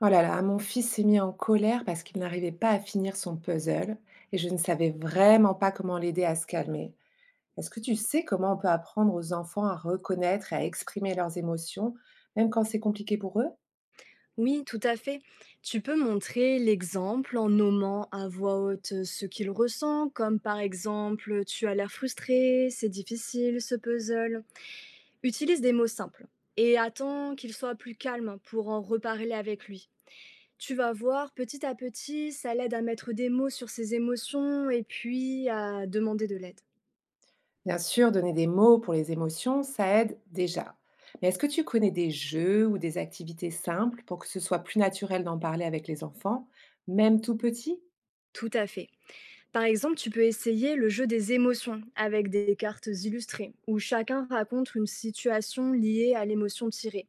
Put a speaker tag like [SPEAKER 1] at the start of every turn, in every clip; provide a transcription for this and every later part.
[SPEAKER 1] Oh là là, mon fils s'est mis en colère parce qu'il n'arrivait pas à finir son puzzle et je ne savais vraiment pas comment l'aider à se calmer. Est-ce que tu sais comment on peut apprendre aux enfants à reconnaître et à exprimer leurs émotions, même quand c'est compliqué pour eux?
[SPEAKER 2] Oui, tout à fait. Tu peux montrer l'exemple en nommant à voix haute ce qu'il ressent, comme par exemple tu as l'air frustré, c'est difficile ce puzzle. Utilise des mots simples et attends qu'il soit plus calme pour en reparler avec lui. Tu vas voir, petit à petit, ça l'aide à mettre des mots sur ses émotions et puis à demander de l'aide.
[SPEAKER 1] Bien sûr, donner des mots pour les émotions, ça aide déjà. Mais est-ce que tu connais des jeux ou des activités simples pour que ce soit plus naturel d'en parler avec les enfants, même tout petits?
[SPEAKER 2] Tout à fait. Par exemple, tu peux essayer le jeu des émotions avec des cartes illustrées, où chacun raconte une situation liée à l'émotion tirée.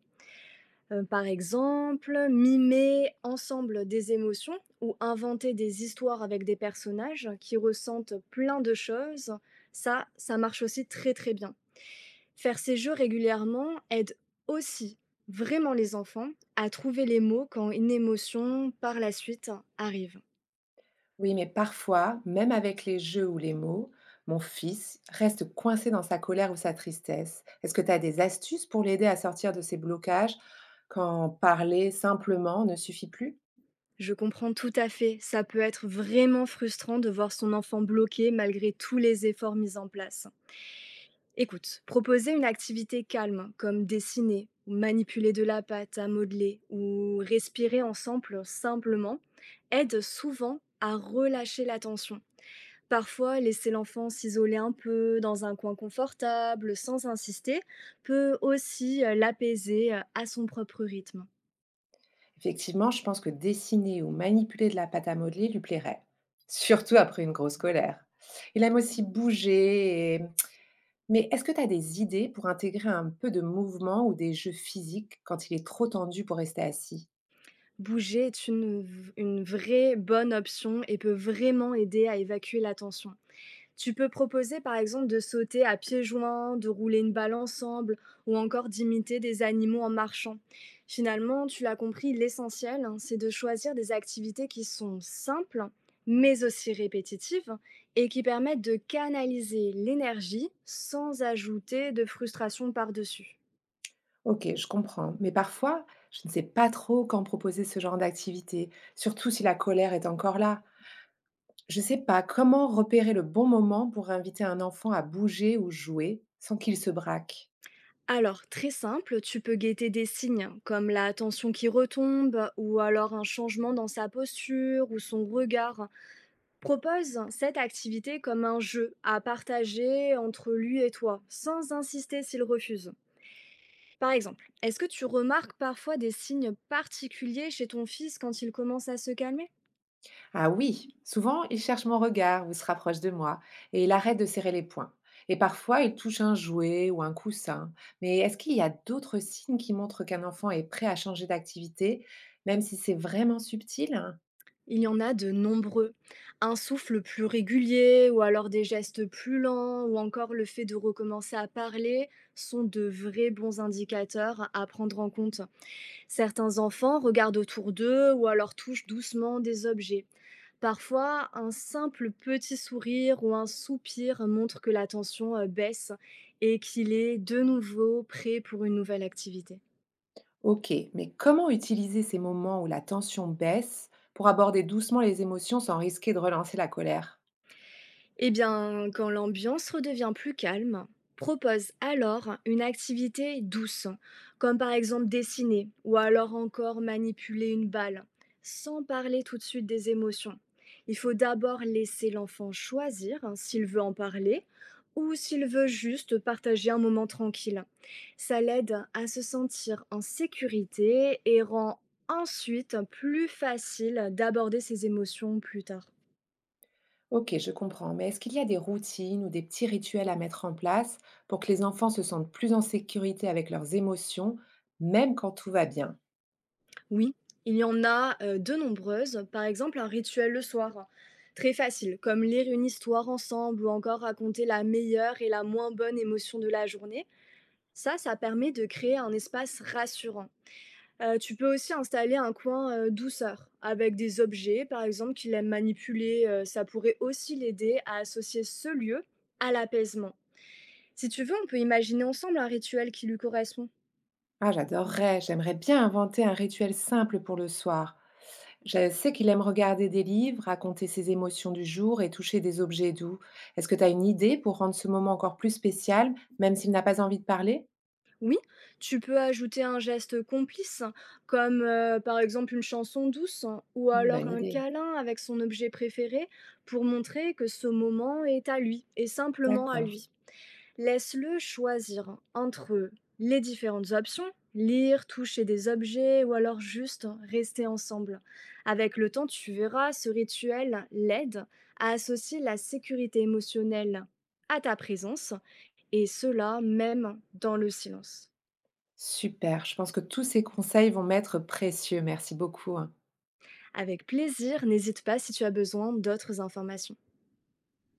[SPEAKER 2] Par exemple, mimer ensemble des émotions ou inventer des histoires avec des personnages qui ressentent plein de choses, ça marche aussi très très bien. Faire ces jeux régulièrement aide aussi vraiment les enfants à trouver les mots quand une émotion par la suite arrive.
[SPEAKER 1] Oui, mais parfois, même avec les jeux ou les mots, mon fils reste coincé dans sa colère ou sa tristesse. Est-ce que tu as des astuces pour l'aider à sortir de ses blocages quand parler simplement ne suffit plus?
[SPEAKER 2] Je comprends tout à fait, ça peut être vraiment frustrant de voir son enfant bloqué malgré tous les efforts mis en place. Écoute, proposer une activité calme comme dessiner ou manipuler de la pâte à modeler ou respirer ensemble simplement aide souvent à relâcher la tension. Parfois, laisser l'enfant s'isoler un peu dans un coin confortable sans insister peut aussi l'apaiser à son propre rythme.
[SPEAKER 1] Effectivement, je pense que dessiner ou manipuler de la pâte à modeler lui plairait, surtout après une grosse colère. Il aime aussi bouger. Mais est-ce que tu as des idées pour intégrer un peu de mouvement ou des jeux physiques quand il est trop tendu pour rester assis?
[SPEAKER 2] Bouger est une vraie bonne option et peut vraiment aider à évacuer la tension. Tu peux proposer par exemple de sauter à pieds joints, de rouler une balle ensemble ou encore d'imiter des animaux en marchant. Finalement, tu l'as compris, l'essentiel, hein, c'est de choisir des activités qui sont simples, mais aussi répétitives et qui permettent de canaliser l'énergie sans ajouter de frustration par-dessus.
[SPEAKER 1] Ok, je comprends. Mais parfois, je ne sais pas trop quand proposer ce genre d'activité, surtout si la colère est encore là. Je sais pas, comment repérer le bon moment pour inviter un enfant à bouger ou jouer sans qu'il se braque?
[SPEAKER 2] Alors, très simple, tu peux guetter des signes comme la tension qui retombe ou alors un changement dans sa posture ou son regard. Propose cette activité comme un jeu à partager entre lui et toi, sans insister s'il refuse. Par exemple, est-ce que tu remarques parfois des signes particuliers chez ton fils quand il commence à se calmer?
[SPEAKER 1] Ah oui, souvent il cherche mon regard ou se rapproche de moi et il arrête de serrer les poings. Et parfois il touche un jouet ou un coussin. Mais est-ce qu'il y a d'autres signes qui montrent qu'un enfant est prêt à changer d'activité, même si c'est vraiment subtil, hein?
[SPEAKER 2] Il y en a de nombreux. Un souffle plus régulier ou alors des gestes plus lents ou encore le fait de recommencer à parler sont de vrais bons indicateurs à prendre en compte. Certains enfants regardent autour d'eux ou alors touchent doucement des objets. Parfois, un simple petit sourire ou un soupir montre que l'attention baisse et qu'il est de nouveau prêt pour une nouvelle activité.
[SPEAKER 1] Ok, mais comment utiliser ces moments où la tension baisse pour aborder doucement les émotions sans risquer de relancer la colère?
[SPEAKER 2] Eh bien, quand l'ambiance redevient plus calme, propose alors une activité douce, comme par exemple dessiner ou alors encore manipuler une balle, sans parler tout de suite des émotions. Il faut d'abord laisser l'enfant choisir, hein, s'il veut en parler ou s'il veut juste partager un moment tranquille. Ça l'aide à se sentir en sécurité et rend ensuite plus facile d'aborder ses émotions plus tard.
[SPEAKER 1] Ok, je comprends. Mais est-ce qu'il y a des routines ou des petits rituels à mettre en place pour que les enfants se sentent plus en sécurité avec leurs émotions, même quand tout va bien?
[SPEAKER 2] Oui, il y en a de nombreuses, par exemple un rituel le soir, très facile, comme lire une histoire ensemble ou encore raconter la meilleure et la moins bonne émotion de la journée. Ça permet de créer un espace rassurant. Tu peux aussi installer un coin douceur avec des objets, par exemple, qu'il aime manipuler. Ça pourrait aussi l'aider à associer ce lieu à l'apaisement. Si tu veux, on peut imaginer ensemble un rituel qui lui correspond.
[SPEAKER 1] Ah, j'adorerais, j'aimerais bien inventer un rituel simple pour le soir. Je sais qu'il aime regarder des livres, raconter ses émotions du jour et toucher des objets doux. Est-ce que tu as une idée pour rendre ce moment encore plus spécial, même s'il n'a pas envie de parler?
[SPEAKER 2] Oui, tu peux ajouter un geste complice, comme par exemple une chanson douce ou
[SPEAKER 1] Mmh,
[SPEAKER 2] alors
[SPEAKER 1] bonne
[SPEAKER 2] un
[SPEAKER 1] idée.
[SPEAKER 2] câlin avec son objet préféré pour montrer que ce moment est à lui et simplement à
[SPEAKER 1] D'accord.
[SPEAKER 2] lui. Laisse-le choisir entre les différentes options, lire, toucher des objets ou alors juste rester ensemble. Avec le temps, tu verras, ce rituel l'aide à associer la sécurité émotionnelle à ta présence et cela même dans le silence.
[SPEAKER 1] Super. Je pense que tous ces conseils vont m'être précieux. Merci beaucoup, hein.
[SPEAKER 2] Avec plaisir, n'hésite pas si tu as besoin d'autres informations.